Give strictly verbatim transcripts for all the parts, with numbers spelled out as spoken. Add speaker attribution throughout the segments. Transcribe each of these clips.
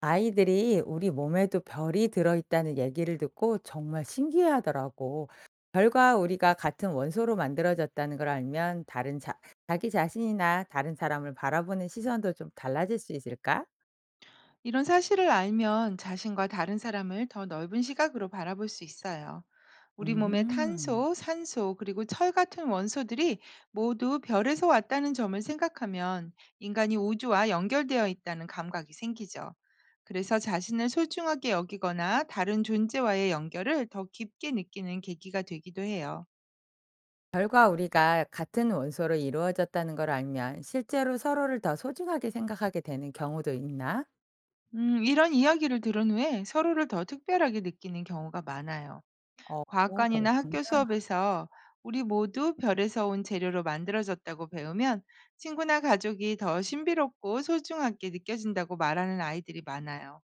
Speaker 1: 아이들이 우리 몸에도 별이 들어있다는 얘기를 듣고 정말 신기해하더라고. 별과 우리가 같은 원소로 만들어졌다는 걸 알면 다른 자, 자기 자신이나 다른 사람을 바라보는 시선도 좀 달라질 수 있을까?
Speaker 2: 이런 사실을 알면 자신과 다른 사람을 더 넓은 시각으로 바라볼 수 있어요. 우리 몸의
Speaker 1: 음,
Speaker 2: 탄소, 산소, 그리고 철 같은 원소들이 모두 별에서 왔다는 점을 생각하면 인간이 우주와 연결되어 있다는 감각이 생기죠. 그래서 자신을 소중하게 여기거나 다른 존재와의 연결을 더 깊게 느끼는 계기가 되기도 해요.
Speaker 1: 별과 우리가 같은 원소로 이루어졌다는 걸 알면 실제로 서로를 더 소중하게 생각하게 되는 경우도 있나?
Speaker 2: 음, 이런 이야기를 들은 후에 서로를 더 특별하게 느끼는 경우가 많아요.
Speaker 1: 어,
Speaker 2: 과학관이나 학교
Speaker 1: 그렇구나.
Speaker 2: 수업에서 우리 모두 별에서 온 재료로 만들어졌다고 배우면 친구나 가족이 더 신비롭고 소중하게 느껴진다고 말하는 아이들이 많아요.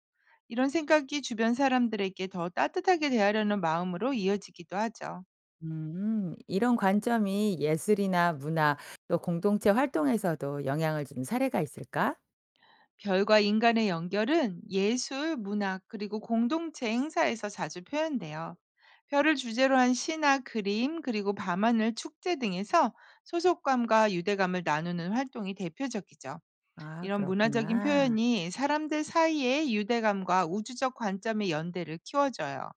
Speaker 2: 이런 생각이 주변 사람들에게 더 따뜻하게 대하려는 마음으로 이어지기도 하죠.
Speaker 1: 음. 이런 관점이 예술이나 문화 또 공동체 활동에서도 영향을 준 사례가 있을까?
Speaker 2: 별과 인간의 연결은 예술, 문학, 그리고 공동체 행사에서 자주 표현돼요. 별을 주제로 한 시나 그림, 그리고 밤하늘 축제 등에서 소속감과 유대감을 나누는 활동이 대표적이죠.
Speaker 1: 아
Speaker 2: 이런 문화적인
Speaker 1: 그렇구나.
Speaker 2: 표현이 사람들 사이의 유대감과 우주적 관점의 연대를 키워줘요.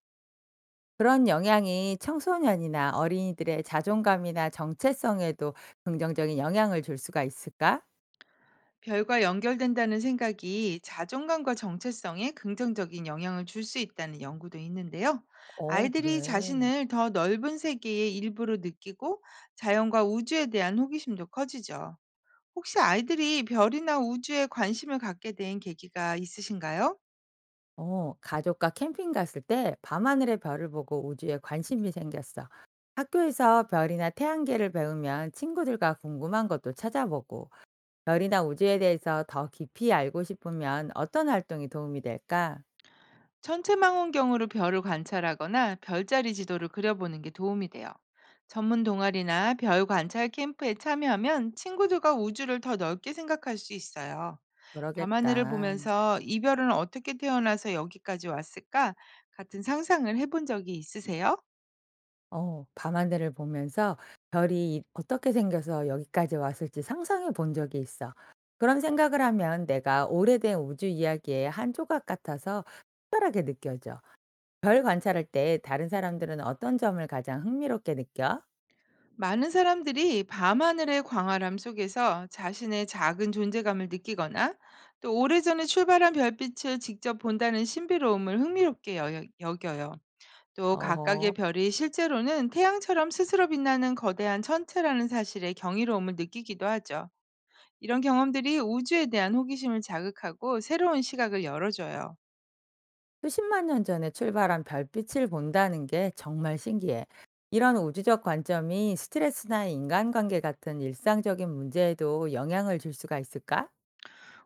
Speaker 1: 그런 영향이 청소년이나 어린이들의 자존감이나 정체성에도 긍정적인 영향을 줄 수가 있을까?
Speaker 2: 별과 연결된다는 생각이 자존감과 정체성에 긍정적인 영향을 줄 수 있다는 연구도 있는데요.
Speaker 1: 어
Speaker 2: 아이들이
Speaker 1: 그래.
Speaker 2: 자신을 더 넓은 세계의 일부로 느끼고 자연과 우주에 대한 호기심도 커지죠. 혹시 아이들이 별이나 우주에 관심을 갖게 된 계기가 있으신가요?
Speaker 1: 어 가족과 캠핑 갔을 때 밤하늘의 별을 보고 우주에 관심이 생겼어. 학교에서 별이나 태양계를 배우면 친구들과 궁금한 것도 찾아보고 별이나 우주에 대해서 더 깊이 알고 싶으면 어떤 활동이 도움이 될까?
Speaker 2: 전체 망원경으로 별을 관찰하거나 별자리 지도를 그려보는 게 도움이 돼요. 전문 동아리나 별 관찰 캠프에 참여하면 친구들과 우주를 더 넓게 생각할 수 있어요. 밤하늘을
Speaker 1: 그러겠다.
Speaker 2: 보면서 이 별은 어떻게 태어나서 여기까지 왔을까? 같은 상상을 해본 적이 있으세요?
Speaker 1: 어, 밤하늘을 보면서 별이 이- 어떻게 생겨서 여기까지 왔을지 상상해 본 적이 있어. 그런 생각을 하면 내가 오래된 우주 이야기의 한 조각 같아서 특별하게 느껴져. 별 관찰할 때 다른 사람들은 어떤 점을 가장 흥미롭게 느껴?
Speaker 2: 많은 사람들이 밤하늘의 광활함 속에서 자신의 작은 존재감을 느끼거나 또 오래전에 출발한 별빛을 직접 본다는 신비로움을 흥미롭게 여- 여겨요. 또
Speaker 1: 어허.
Speaker 2: 각각의 별이 실제로는 태양처럼 스스로 빛나는 거대한 천체라는 사실에 경이로움을 느끼기도 하죠. 이런 경험들이 우주에 대한 호기심을 자극하고 새로운 시각을 열어줘요.
Speaker 1: 수십만 년 전에 출발한 별빛을 본다는 게 정말 신기해. 이런 우주적 관점이 스트레스나 인간관계 같은 일상적인 문제에도 영향을 줄 수가 있을까?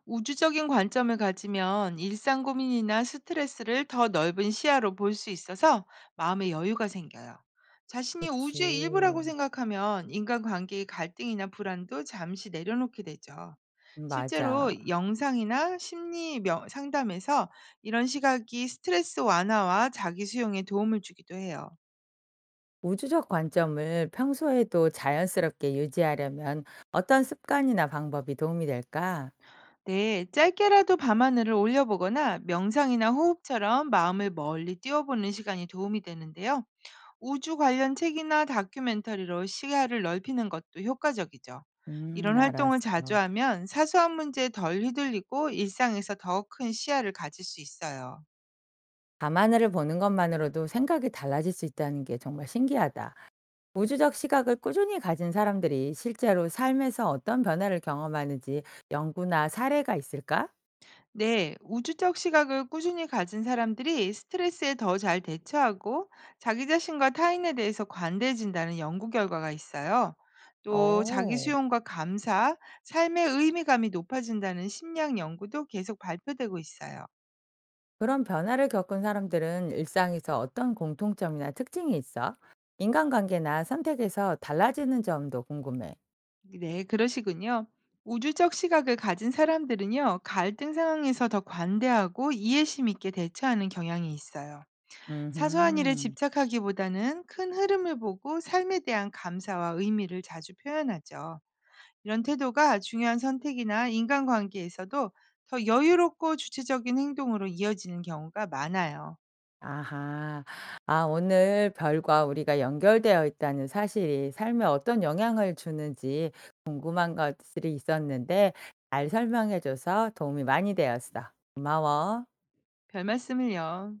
Speaker 2: 우주적인 관점을 가지면 일상 고민이나 스트레스를 더 넓은 시야로 볼 수 있어서 마음의 여유가 생겨요. 자신이 우주의 일부라고
Speaker 1: 그치.
Speaker 2: 생각하면 인간관계의 갈등이나 불안도 잠시 내려놓게 되죠.
Speaker 1: 음, 맞아.
Speaker 2: 실제로 영상이나 심리 명- 상담에서 이런 시각이 스트레스 완화와 자기 수용에 도움을 주기도 해요.
Speaker 1: 우주적 관점을 평소에도 자연스럽게 유지하려면 어떤 습관이나 방법이 도움이 될까?
Speaker 2: 네, 짧게라도 밤하늘을 올려보거나 명상이나 호흡처럼 마음을 멀리 띄워보는 시간이 도움이 되는데요. 우주 관련 책이나 다큐멘터리로 시야를 넓히는 것도 효과적이죠.
Speaker 1: 음,
Speaker 2: 이런 활동을 자주
Speaker 1: 알았어.
Speaker 2: 하면 사소한 문제에 덜 휘둘리고 일상에서 더 큰 시야를 가질 수 있어요.
Speaker 1: 밤하늘을 보는 것만으로도 생각이 달라질 수 있다는 게 정말 신기하다. 우주적 시각을 꾸준히 가진 사람들이 실제로 삶에서 어떤 변화를 경험하는지 연구나 사례가 있을까?
Speaker 2: 네, 우주적 시각을 꾸준히 가진 사람들이 스트레스에 더 잘 대처하고 자기 자신과 타인에 대해서 관대해진다는 연구 결과가 있어요. 또 자기
Speaker 1: 오,
Speaker 2: 수용과 감사, 삶의 의미감이 높아진다는 심리학 연구도 계속 발표되고 있어요.
Speaker 1: 그런 변화를 겪은 사람들은 일상에서 어떤 공통점이나 특징이 있어? 인간관계나 선택에서 달라지는 점도 궁금해.
Speaker 2: 네, 그러시군요. 우주적 시각을 가진 사람들은요, 갈등 상황에서 더 관대하고 이해심 있게 대처하는 경향이 있어요. 사소한 일에
Speaker 1: 음.
Speaker 2: 집착하기보다는 큰 흐름을 보고 삶에 대한 감사와 의미를 자주 표현하죠. 이런 태도가 중요한 선택이나 인간관계에서도 더 여유롭고 주체적인 행동으로 이어지는 경우가 많아요.
Speaker 1: 아하. 아 오늘 별과 우리가 연결되어 있다는 사실이 삶에 어떤 영향을 주는지 궁금한 것들이 있었는데 잘 설명해 줘서 도움이 많이 되었어. 고마워.
Speaker 2: 별 말씀을요.